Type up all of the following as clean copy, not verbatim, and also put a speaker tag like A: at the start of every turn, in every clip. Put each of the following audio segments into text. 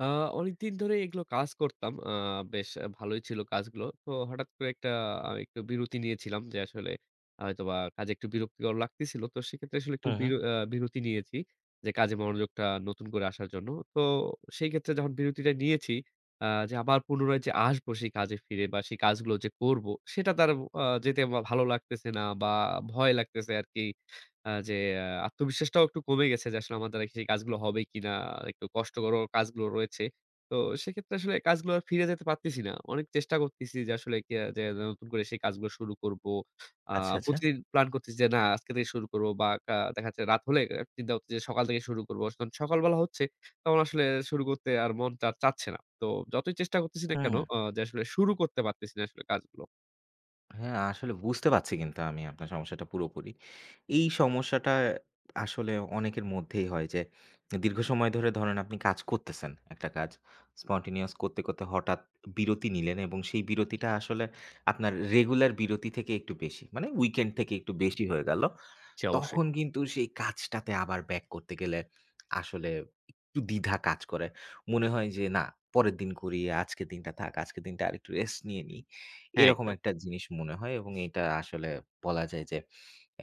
A: আ অনেকদিন ধরে এগুলো কাজ করতাম। বেশ ভালোই ছিল কাজগুলো। তো হঠাৎ করে একটা একটু বিরতি নিয়েছিলাম, যে আসলে হয়তোবা কাজে একটু বিরক্তিকর লাগতেছিল। তো সেক্ষেত্রে আসলে একটু
B: হুম, হুম।
A: বিরতি নিয়েছি, যে কাজে মনোযোগটা নতুন করে আসার জন্য। তো সেই ক্ষেত্রে যখন বিরতিটা নিয়েছি, যে আবার পুনরায় যে আসবো সেই কাজে ফিরে বা সেই কাজগুলো যে করব, সেটা তার যেতে আমার ভালো লাগতেছে না বা ভয় লাগতেছে আরকি। যে আত্মবিশ্বাসটাও একটু কমে গেছে, যে আসলে আমার দ্বারা সেই কাজগুলো হবে কিনা? একটু কষ্টকরও কাজগুলো রয়েছে। তো সেক্ষেত্রে আসলে কাজগুলো আর ফিরে যেতে পারতেছি না। অনেক চেষ্টা করতেছি যে আসলে কি, যে নতুন করে সেই কাজগুলো শুরু করব। আ
B: আচ্ছা, আচ্ছা।
A: প্রতিদিন প্ল্যান করতেছি যে না, আজকে থেকে শুরু করব। বা দেখা যাচ্ছে রাত হলে চিন্তা হচ্ছে যে সকাল থেকে শুরু করব। যখন সকালবেলা হচ্ছে, তখন আসলে শুরু করতে আর মন চাচ্ছে না। তো যতই চেষ্টা করতেছি না কেন,
B: হুম।
A: যে আসলে শুরু করতে পারতেছি না আসলে কাজগুলো।
B: হ্যাঁ, আসলে বুঝতে পারছি কিন্তু আমি আপনার সমস্যাটা পুরোপুরি। এই সমস্যাটা আসলে অনেকের মধ্যেই হয় যে দীর্ঘ সময় ধরে ধরেন আপনি কাজ করতেছেন, একটা কাজ spontaneous করতে, করতে হঠাৎ বিরতি নিলেন এবং সেই বিরতিটা আসলে আপনার রেগুলার বিরতি থেকে একটু বেশি। মানে উইকেন্ড থেকে একটু বেশি হয়ে গেল।
A: জি, অবশ্যই।
B: তখন কিন্তু সেই কাজটাতে আবার ব্যাক করতে গেলে আসলে একটু দ্বিধা কাজ করে। মনে হয় যে না পরের দিন করি, আজকের দিনটা থাক, আজকের দিনটা আরেকটু রেস্ট নিয়ে নিই।
A: হ্যাঁ,
B: এরকম
A: একদম।
B: একটা জিনিস মনে হয় এবং এটা আসলে বলা যায় যে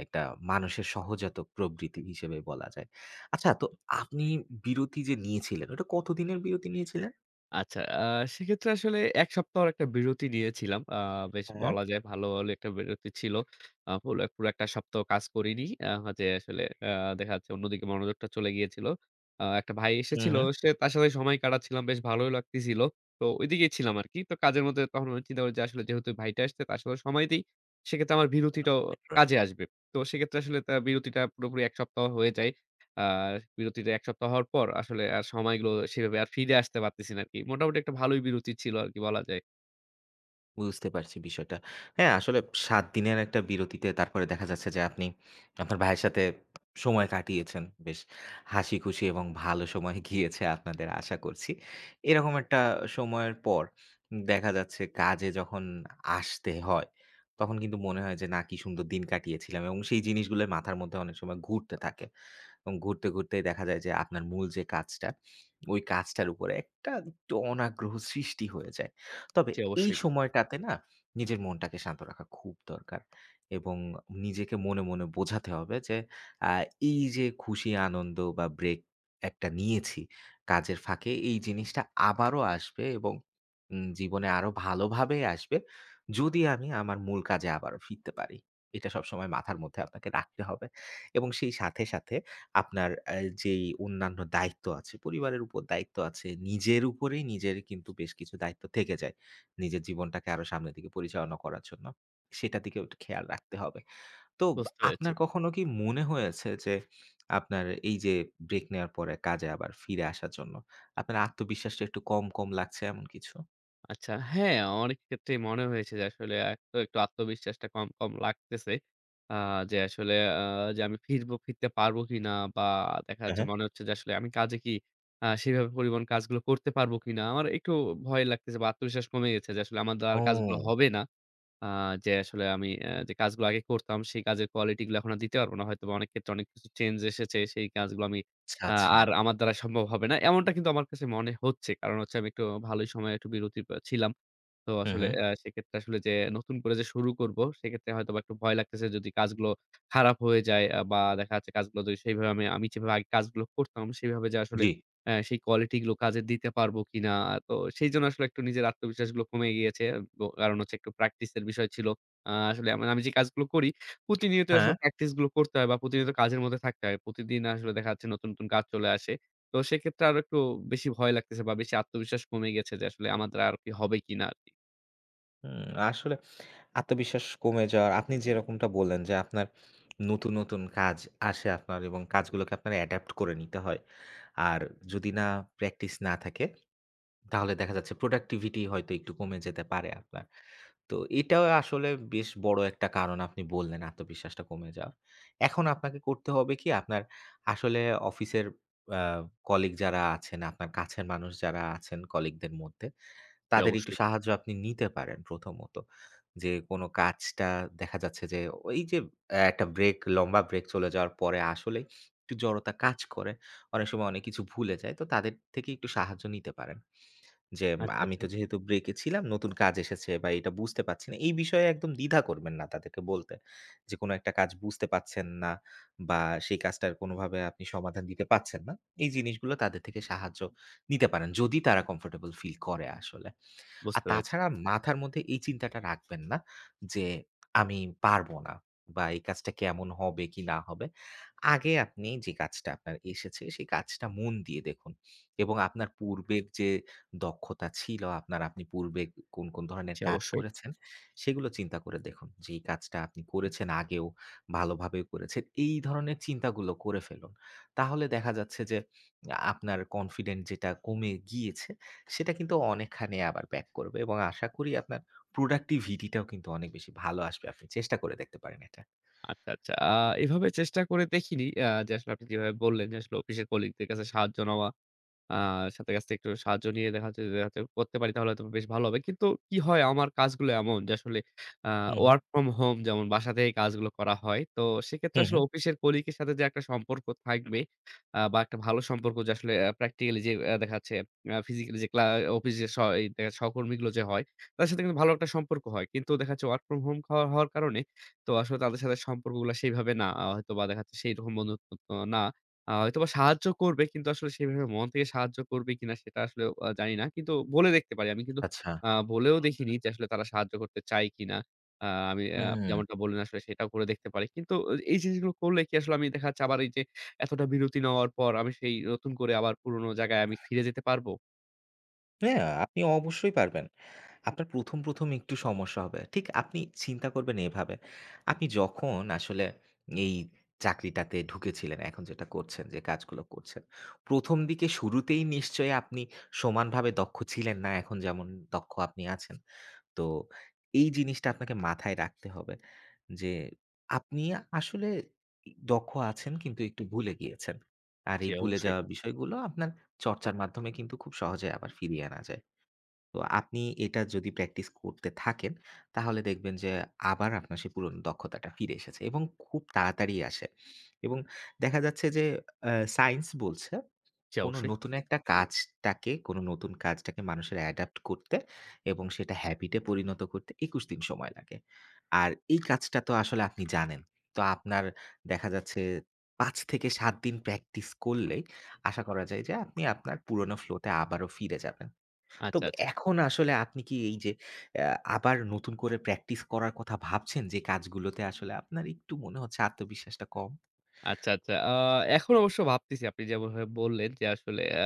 B: একটা মানুষের সহজাত প্রবৃত্তি হিসেবে বলা যায়। আচ্ছা, তো আপনি বিরতি যে নিয়েছিলেন ওটা কতদিনের বিরতি নিয়েছিলেন?
A: আচ্ছা, সেক্ষেত্রে আসলে ১ সপ্তাহর একটা বিরতি নিয়েছিলাম। বেশ
B: হ্যাঁ।
A: বলা যায় ভালো হলে একটা বিরতি ছিল। পুরো পুরো ১ টা সপ্তাহ কাজ করিনি। যে আসলে, আ দেখা যাচ্ছে অন্যদিকে মনোযোগটা চলে গিয়েছিল। একটা ভাই এসেছিল,
B: হু,
A: সে তার সাথে সময় কাটাচ্ছিলাম, বেশ ভালোই লাগতেছিল। তো ঐদিকেই ছিলাম আরকি। তো কাজের মধ্যে তখন আমি চিন্তা করি যে আসলে, যেহেতু ভাইটা আসছে, তার সাথে সময় দেই। সেক্ষেত্রে আমার বিরতিটাও
B: হু।
A: কাজে আসবে। তো সেক্ষেত্রে আসলে তা বিরতিটা পুরোপুরি ১ সপ্তাহ হয়ে যায়। আ বিরতিটা ১ সপ্তাহ হওয়ার পর আসলে আর সময়গুলো সেভাবে আর ফিরে আসতে পারতেছি না আরকি। মোটামুটি একটা ভালোই বিরতি ছিল আরকি, বলা যায়।
B: বুঝতে পারছি বিষয়টা। হ্যাঁ, আসলে ৭ দিনের একটা বিরতিতে তারপরে দেখা যাচ্ছে যে আপনি আপনার ভাইয়ের সাথে সময় কাটিয়েছেন। বেশ হাসিখুশি এবং ভালো সময় গিয়েছে আপনাদের আশা করছি। এরকম একটা সময়ের পর দেখা যাচ্ছে কাজে যখন আসতে হয়, তখন কিন্তু মনে হয় যে না কি সুন্দর দিন কাটিয়েছিলাম এবং সেই জিনিসগুলো মাথার মধ্যে অনেক সময় ঘুরতে থাকে। এবং ঘুরতে, ঘুরতেই দেখা যায় যে আপনার মূল যে কাজটা, ওই কাজটার উপরে একটা একটু অনাগ্রহ সৃষ্টি হয়ে যায়। তবে
A: জি,
B: এই
A: অবশ্যই।
B: সময়টাতে না, নিজের মনটাকে শান্ত রাখা খুব দরকার এবং নিজেকে মনে, মনে বোঝাতে হবে যে আ এই যে খুশি, আনন্দ বা ব্রেক একটা নিয়েছি কাজের ফাঁকে এই জিনিসটা আবারও আসবে এবং জীবনে আরো ভালোভাবে আসবে যদি আমি আমার মূল কাজে আবারও ফিরতে পারি। এটা সবসময় মাথার মধ্যে আপনাকে রাখতে হবে এবং সেই সাথে, সাথে আপনার যেই অন্যান্য দায়িত্ব আছে, পরিবারের উপর দায়িত্ব আছে, নিজের উপরেই নিজের কিন্তু বেশ কিছু দায়িত্ব থেকে যায়। নিজের জীবনটাকে আরো সামনের দিকে পরিচালনা করার জন্য। সেটার দিকেও একটু খেয়াল রাখতে হবে। তো
A: বুঝতে পেরেছি।
B: আপনার কখনো কি মনে হয়েছে যে আপনার এই যে ব্রেক নেওয়ার পরে কাজে আবার ফিরে আসার জন্য আপনার আত্মবিশ্বাসটা একটু কম, কম লাগছে এমন কিছু?
A: আচ্ছা, হ্যাঁ, অনেক ক্ষেত্রেই মনে হয়েছে যে আসলে এক তো একটু আত্মবিশ্বাসটা কম, কম লাগতেছে। আ যে আসলে, আ যে আমি ফিরবো, ফিরতে পারবো কিনা, বা দেখা
B: হ্যাঁ,
A: যাচ্ছে
B: হ্যাঁ।
A: মনে হচ্ছে যে আসলে আমি কাজে কি সেভাবে পরিমাণ কাজগুলো করতে পারবো কিনা। আমার একটু ভয় লাগতেছে বা আত্মবিশ্বাস কমে গেছে যে আসলে আমার দ্বারা আর কাজগুলো
B: ও
A: হবে না। আ যে আসলে আমি, যে কাজগুলো আগে করতাম সেই কাজের কোয়ালিটি গুলো এখন আর দিতে পারব না। হয়তোবা অনেক ক্ষেত্রে অনেক কিছু চেঞ্জ এসেছে। সেই কাজগুলো আমি
B: আচ্ছা,
A: আ
B: আচ্ছা।
A: আর আমার দ্বারা সম্ভব হবে না। এমনটা কিন্তু আমার কাছে মনে হচ্ছে। কারণ হচ্ছে, আমি একটু ভালোই সময়ে একটু বিরতি ছিলাম। তো
B: হুম,
A: আসলে
B: হুম।
A: সেক্ষেত্রে আসলে যে নতুন করে যে শুরু করব, সেক্ষেত্রে হয়তোবা একটু ভয় লাগতেছে, যদি কাজগুলো খারাপ হয়ে যায়। বা দেখা যাচ্ছে, কাজগুলো যদি সেইভাবে আমি আমি যেভাবে আগে কাজগুলো করতাম, সেভাবে যে আসলে
B: জি।
A: সেই কোয়ালিটি গুলো কাজে দিতে পারবো কিনা। তো সেইজন্য আসলে একটু নিজের আত্মবিশ্বাসগুলো কমে গিয়েছে। কারণ হচ্ছে, একটু প্র্যাকটিস এর বিষয় ছিল। আসলে আমি আমি যে কাজগুলো করি, প্রতিনিয়ত আসলে
B: হ্যাঁ।
A: প্র্যাকটিস গুলো করতে হয় বা প্রতিনিয়ত কাজের মধ্যে থাকতে হয়। প্রতিদিন আসলে দেখা যাচ্ছে নতুন, নতুন কাজ চলে আসে। তো সেক্ষেত্রে আরো একটু বেশি ভয় লাগতেছে, বা বেশি আত্মবিশ্বাস কমে গেছে, যে আসলে আমার দ্বারা আর কি হবে কিনা আরকি।
B: আসলে আত্মবিশ্বাস কমে যাওয়ার আপনি যেরকমটা বললেন যে আপনার নতুন, নতুন কাজ আসে আপনার এবং কাজগুলোকে আপনার অ্যাডাপ্ট করে নিতে হয়। আর যদি না প্র্যাকটিস না থাকে তাহলে দেখা যাচ্ছে প্রোডাক্টিভিটি হয়তো একটু কমে যেতে পারে আপনার। তো এটাও আসলে বেশ বড় একটা কারণ আপনি বললেন আত্মবিশ্বাসটা কমে যাওয়ার। এখন আপনাকে করতে হবে কি আপনার আসলে অফিসের আ কলিগ যারা আছেন, আপনার কাছের মানুষ যারা আছেন কলিগদের মধ্যে,
A: জি,
B: তাদের একটু
A: অবশ্যই।
B: সাহায্য আপনি নিতে পারেন প্রথমত। যে কোন কাজটা দেখা যাচ্ছে যে ওই যে একটা ব্রেক, লম্বা ব্রেক চলে যাওয়ার পরে আসলেই একটু জড়তা কাজ করে। অনেক সময় অনেক কিছু ভুলে যায়। তো তাদের থেকে একটু সাহায্য নিতে পারেন। যে
A: আচ্ছা,
B: আমি
A: আচ্ছা।
B: তো যেহেতু ব্রেকে ছিলাম, নতুন কাজ এসেছে বা এটা বুঝতে পারছি না। এই বিষয়ে একদম দ্বিধা করবেন না তাদেরকে বলতে। যে কোনো একটা কাজ বুঝতে পারছেন না বা সেই কাজটার কোনোভাবে আপনি সমাধান দিতে পারছেন না। এই জিনিসগুলো তাদের থেকে সাহায্য নিতে পারেন। যদি তারা কমফোর্টেবল ফিল করে আসলে। আর
A: বুঝতে পেরেছি।
B: তাছাড়া মাথার মধ্যে এই চিন্তাটা রাখবেন না যে, "আমি পারব না" বা "এই কাজটা কেমন হবে কি না হবে?" আগে আপনি যে কাজটা আপনার এসেছে, সেই কাজটা মন দিয়ে দেখুন এবং আপনার পূর্বের যে দক্ষতা ছিল আপনার, আপনি পূর্বে কোন, কোন ধরনের
A: জি,
B: কাজ
A: অবশ্যই।
B: করেছেন, সেগুলো চিন্তা করে দেখুন যে এই কাজটা আপনি করেছেন আগেও, ভালোভাবে করেছেন। এই ধরনের চিন্তাগুলো করে ফেলুন। তাহলে দেখা যাচ্ছে যে, আপনার কনফিডেন্ট যেটা কমে গিয়েছে সেটা কিন্তু অনেকখানি আবার ব্যাক করবে এবং আশা করি আপনার প্রোডাক্টিভিটিটাও কিন্তু অনেক বেশি ভালো আসবে। আপনি চেষ্টা করে দেখতে পারেন এটা।
A: আচ্ছা, আচ্ছা। এভাবে চেষ্টা করে দেখিনি। যে আসলে আপনি যেভাবে বললেন, যে আসলে অফিসের কলিগদের কাছে সাহায্য নেওয়া, আ সাথে কাছ থেকে একটু সাহায্য নিয়ে দেখা যাচ্ছে যে হয়তো করতে পারি, তাহলে হয়তো বেশ ভালো হবে। কিন্তু কি হয়, আমার কাজগুলো এমন যে আসলে, আ
B: হু, হু।
A: ওয়ার্ক ফ্রম হোম, যেমন বাসা থেকে কাজগুলো করা হয়। তো সেক্ষেত্রে
B: হু, হু।
A: আসলে অফিসের কলিগ এর সাথে যে একটা সম্পর্ক থাকবে, বা একটা ভালো সম্পর্ক, যে আসলে প্র্যাকটিক্যালি যে, দেখা যাচ্ছে, ফিজিক্যালি যে অফিসের এই দেখা সহকর্মীগুলো যে হয়, তাদের সাথে কিন্তু ভালো একটা সম্পর্ক হয়। কিন্তু দেখা যাচ্ছে ওয়ার্ক ফ্রম হোম খাওয়া হওয়ার কারণে, তো আসলে তাদের সাথে সম্পর্কগুলা সেইভাবে না, হয়তোবা দেখা যাচ্ছে সেইরকম বন্ধুত্ব তো না। হয়তোবা সাহায্য করবে, কিন্তু আসলে সেভাবে মন থেকে সাহায্য করবে কিনা সেটা আসলে জানি না। কিন্তু বলে দেখতে পারি। আমি কিন্তু
B: আচ্ছা।
A: বলেও দেখিনি যে আসলে তারা সাহায্য করতে চায় কিনা। আ আমি, আপনি
B: হুম।
A: যেমনটা বললেন আসলে সেটাও করে দেখতে পারি। কিন্তু এই জিনিসগুলো করলে কি আসলে আমি দেখা যাচ্ছে আবার, এই যে এতটা বিরতি নেওয়ার পর আমি সেই নতুন করে আবার পুরোনো জায়গায় আমি ফিরে যেতে পারবো?
B: হ্যাঁ, আপনি অবশ্যই পারবেন। আপনার ১ম, ১ম একটু সমস্যা হবে। ঠিক আপনি চিন্তা করবেন এভাবে। আপনি যখন আসলে এই চাকরিটাতে ঢুকেছিলেন, এখন যেটা করছেন, যে কাজগুলো করছেন। ১ম দিকে শুরুতেই নিশ্চয়ই আপনি সমানভাবে দক্ষ ছিলেন না, এখন যেমন দক্ষ আপনি আছেন। তো এই জিনিসটা আপনাকে মাথায় রাখতে হবে যে আপনি আসলে দক্ষ আছেন কিন্তু একটু ভুলে গিয়েছেন। আর
A: জি,
B: এই ভুলে
A: অবশ্যই,
B: যাওয়া বিষয়গুলো আপনার চর্চার মাধ্যমে কিন্তু খুব সহজে আবার ফিরিয়ে আনা যায়। তো আপনি এটা যদি প্র্যাকটিস করতে থাকেন তাহলে দেখবেন যে আবার আপনার সেই পুরনো দক্ষতাটা ফিরে এসেছে এবং খুব তাড়াতাড়ি আসে। এবং দেখা যাচ্ছে যে আ সায়েন্স বলছে
A: জি,
B: কোনো
A: অবশ্যই।
B: নতুন একটা কাজটাকে, কোনো নতুন কাজটাকে মানুষের অ্যাডাপ্ট করতে এবং সেটা হ্যাবিটে পরিণত করতে ২১ দিন সময় লাগে। আর এই কাজটা তো আসলে আপনি জানেন। তো আপনার দেখা যাচ্ছে ৫ থেকে ৭ দিন প্র্যাকটিস করলেই আশা করা যায় যে আপনি আপনার পুরনো ফ্লোতে আবারও ফিরে যাবেন। তো
A: আচ্ছা, আচ্ছা।
B: এখন আসলে আপনি কি এই যে অ্যা আবার নতুন করে প্র্যাকটিস করার কথা ভাবছেন যে কাজগুলোতে আসলে আপনার একটু মনে হচ্ছে আত্মবিশ্বাসটা কম?
A: আচ্ছা, আচ্ছা। এখন অবশ্য ভাবতেছি, আপনি যেমনভাবে বললেন যে আসলে, আ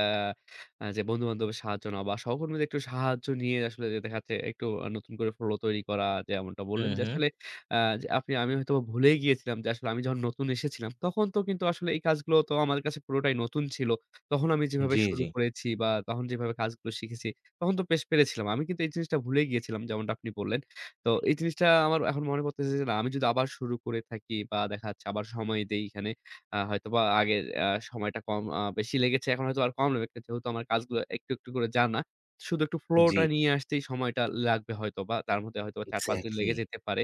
A: আ যে বন্ধু-বান্ধবের সাহায্য নেওয়া বা সহকর্মীদের একটু সাহায্য নিয়ে আসলে, যে দেখা যাচ্ছে একটু, নতুন করে flow তৈরি করা, যেমনটা বললেন
B: হুম,
A: যে
B: হুম।
A: আসলে, যে আপনি, আমি হয়তোবা ভুলেই গিয়েছিলাম যে আসলে, আমি যখন নতুন এসেছিলাম তখন তো কিন্তু আসলে এই কাজগুলো তো আমার কাছে পুরোটাই নতুন ছিল। তখন আমি যেভাবে
B: জি,
A: শুরু
B: জি।
A: করেছি, বা তখন যেভাবে কাজগুলো শিখেছি, তখন তো বেশ পেরেছিলাম। আমি কিন্তু এই জিনিসটা ভুলেই গিয়েছিলাম, যেমনটা আপনি বললেন। তো এই জিনিসটা আমার এখন মনে পড়তেছে যে, না, আমি যদি আবার শুরু করে থাকি বা দেখা যাচ্ছে আবার সময় দেই এখানে, হয়তোবা আগের সময়টা কম বেশি লেগেছে। এখন হয়তো আর কম লাগবে। যেহেতু আমার কাজগুলো একটু, একটু করে জানা। শুধু একটু ফ্লো
B: জি।
A: টা নিয়ে আসতেই সময়টা লাগবে হয়তোবা। তার মধ্যে হয়তোবা ৪-৫ দিন
B: এক্সাক্টলি।
A: লেগে যেতে পারে।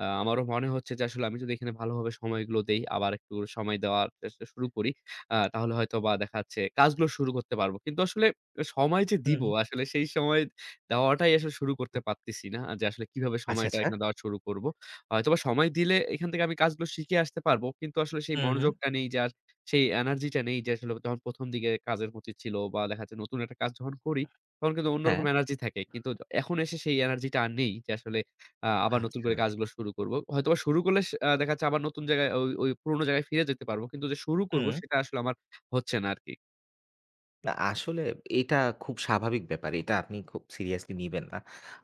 A: আমারও মনে হচ্ছে যে আসলে আমি যদি এখানে ভালোভাবে সময়গুলো দেই, আবার একটু সময় দেওয়ার চেষ্টা শুরু করি, তাহলে হয়তোবা দেখা যাচ্ছে কাজগুলো শুরু করতে পারবো। কিন্তু আসলে সময় যে
B: হু,
A: দিব,
B: হু।
A: আসলে সেই সময় দেওয়াটাই আসলে শুরু করতে পারতেছি না। যে আসলে কিভাবে
B: আচ্ছা,
A: সময়টা
B: আচ্ছা।
A: এখানে দেওয়া শুরু করব। হয়তোবা সময় দিলে এখান থেকে আমি কাজগুলো শিখে আসতে পারবো। কিন্তু আসলে সেই
B: হুম, হুম।
A: মনোযোগটা নেই, যে আর সেই এনার্জি টা নেই, যে আসলে যখন ১ম দিকে কাজের প্রতি ছিল, বা দেখা যাচ্ছে নতুন একটা কাজ যখন করি, তখন কিন্তু অন্যরকম
B: হ্যাঁ।
A: এনার্জি থাকে। কিন্তু এখন এসে সেই এনার্জি টা আর নেই, যে আসলে আবার নতুন
B: আচ্ছা।
A: করে কাজগুলো শুরু করব। হয়তোবা শুরু করলে, সে আ দেখা যাচ্ছে আবার নতুন জায়গায়, ওই ওই পুরোনো জায়গায় ফিরে যেতে পারবো। কিন্তু যে শুরু করব,
B: হুম।
A: সেটা আসলে আমার হচ্ছে না আরকি।
B: না আসলে এটা খুব স্বাভাবিক ব্যাপার। এটা আপনি খুব সিরিয়াসলি নিবেন না।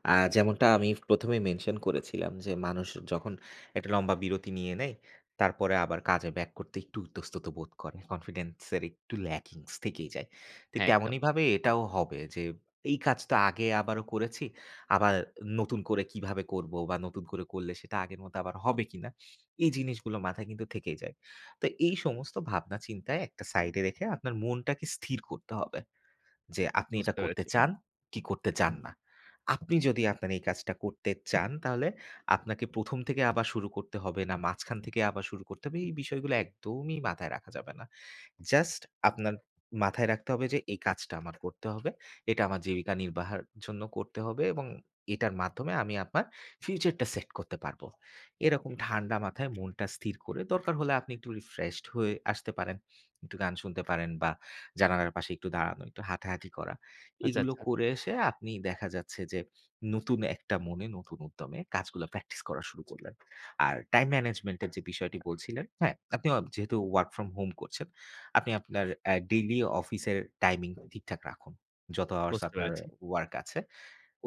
B: যেমনটা আমি ১ম এ মেনশন করেছিলাম যে, মানুষ যখন একটা লম্বা বিরতি নিয়ে নেয়, তারপরে আবার কাজে ব্যাক করতে একটু ইতস্তত বোধ করে। কনফিডেন্স এর একটু ল্যাকিংস থেকেই যায়। ঠিক
A: হ্যাঁ, একদম।
B: তেমনইভাবে এটাও হবে যে, এই কাজটা আগে আবারও করেছি। আবার নতুন করে কিভাবে করব বা নতুন করে করলে সেটা আগের মতো আবার হবে কিনা? এই জিনিসগুলো মাথায় কিন্তু থেকেই যায়। তো এই সমস্ত ভাবনা চিন্তায় একটা সাইডে রেখে আপনার মনটাকে স্থির করতে হবে যে আপনি এটা
A: বুঝতে
B: করতে
A: পেরেছি।
B: চান কি করতে চান না। আপনি যদি আপনার এই কাজটা করতে চান তাহলে আপনাকে ১ম থেকে আবার শুরু করতে হবে না মাঝখান থেকে আবার শুরু করতে হবে এই বিষয়গুলো একদমই মাথায় রাখা যাবে না। জাস্ট আপনার মাথায় রাখতে হবে যে এই কাজটা আমার করতে হবে। এটা আমার জীবিকা নির্বাহের জন্য করতে হবে এবং এটার মাধ্যমে আমি আমার ফিউচারটা সেট করতে পারব। এরকম ঠান্ডা মাথায় মনটা স্থির করে দরকার হলে আপনি একটু রিফ্রেশড হয়ে আসতে পারেন। একটু গান শুনতে পারেন বা জানালার পাশে একটু দাঁড়ানো, একটু হাঁটাহাঁটি করা।
A: আচ্ছা,
B: এগুলো
A: আচ্ছা।
B: করে এসে আপনি দেখা যাচ্ছে যে নতুন একটা মনে, নতুন উদ্যমে কাজগুলো প্র্যাকটিস করা শুরু করলেন। আর টাইম ম্যানেজমেন্ট এর যে বিষয়টি বলছিলেন, হ্যাঁ, আপনি যেহেতু ওয়ার্ক ফ্রম হোম করছেন আপনি আপনার ডেইলি অফিসের টাইমিং ঠিকঠাক রাখুন। যত আওয়ার্স
A: বুঝতে
B: আপনার
A: পেরেছি।
B: ওয়ার্ক আছে,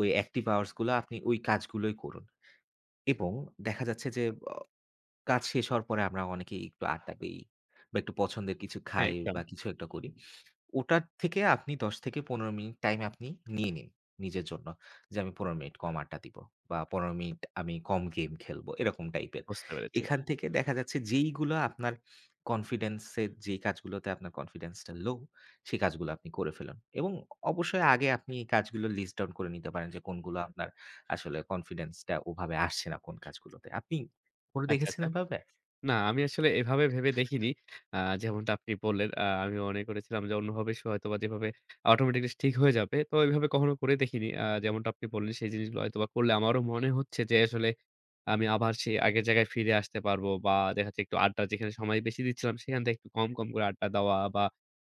B: ওই অ্যাক্টিভ আওয়ার্স গুলো আপনি ওই কাজগুলোই করুন এবং দেখা যাচ্ছে যে অ কাজ শেষ হওয়ার পরে আমরা অনেকেই একটু আড্ডা দেই বা একটু পছন্দের কিছু
A: হ্যাঁ,
B: খাই
A: একদম।
B: বা কিছু একটা করি। ওটার থেকে আপনি ১০-১৫ মিনিট টাইম আপনি নিয়ে নিন নিজের জন্য। যে আমি ১৫ মিনিট কম আড্ডা দিব বা ১৫ মিনিট আমি কম গেম খেলবো এরকম টাইপের।
A: বুঝতে পেরেছি।
B: এখান থেকে দেখা যাচ্ছে যেইগুলো আপনার কনফিডেন্স এর যেই কাজগুলোতে আপনার কনফিডেন্স টা লো সেই কাজগুলো আপনি করে ফেলুন। এবং অবশ্যই আগে আপনি এই কাজগুলো লিস্ট ডাউন করে নিতে পারেন যে কোনগুলো আপনার আসলে কনফিডেন্স টা ওভাবে আসছে না কোন কাজগুলোতে। আপনি করে
A: আচ্ছা,
B: দেখেছেন
A: আচ্ছা।
B: এভাবে?
A: না, আমি আসলে এভাবে ভেবে দেখিনি। আ যেমনটা আপনি বললেন, আমিও মনে করেছিলাম যে অন্যভাবে সে হয়তোবা যেভাবে অটোমেটিক্যালি ঠিক হয়ে যাবে। তো এভাবে কখনো করে দেখিনি। যেমনটা আপনি বললেন সেই জিনিসগুলো হয়তোবা করলে, আমারও মনে হচ্ছে যে আসলে আমি আবার সেই আগের জায়গায় ফিরে আসতে পারবো, বা দেখা যাচ্ছে একটু আড্ডা যেখানে সময় বেশি দিচ্ছিলাম, সেখান থেকে একটু কম, কম করে আড্ডা দেওয়া, বা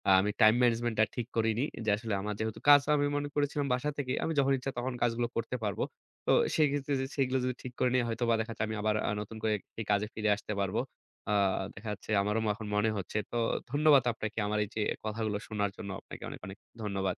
A: আমি টাইম ম্যানেজমেন্টটা ঠিক করিনি। যে আসলে আমার যেহেতু কাজ, আমি মনে করেছিলাম বাসা থেকে আমি যখন ইচ্ছা তখন কাজগুলো করতে পারবো। তো সেক্ষেত্রে যে সেগুলো যদি ঠিক করে নেই, হয়তোবা দেখা যাচ্ছে আমি আবার নতুন করে এই কাজে ফিরে আসতে পারবো। আ দেখা যাচ্ছে আমারও এখন মনে হচ্ছে। তো ধন্যবাদ আপনাকে, আমার এই যে কথাগুলো শোনার জন্য আপনাকে অনেক, অনেক ধন্যবাদ।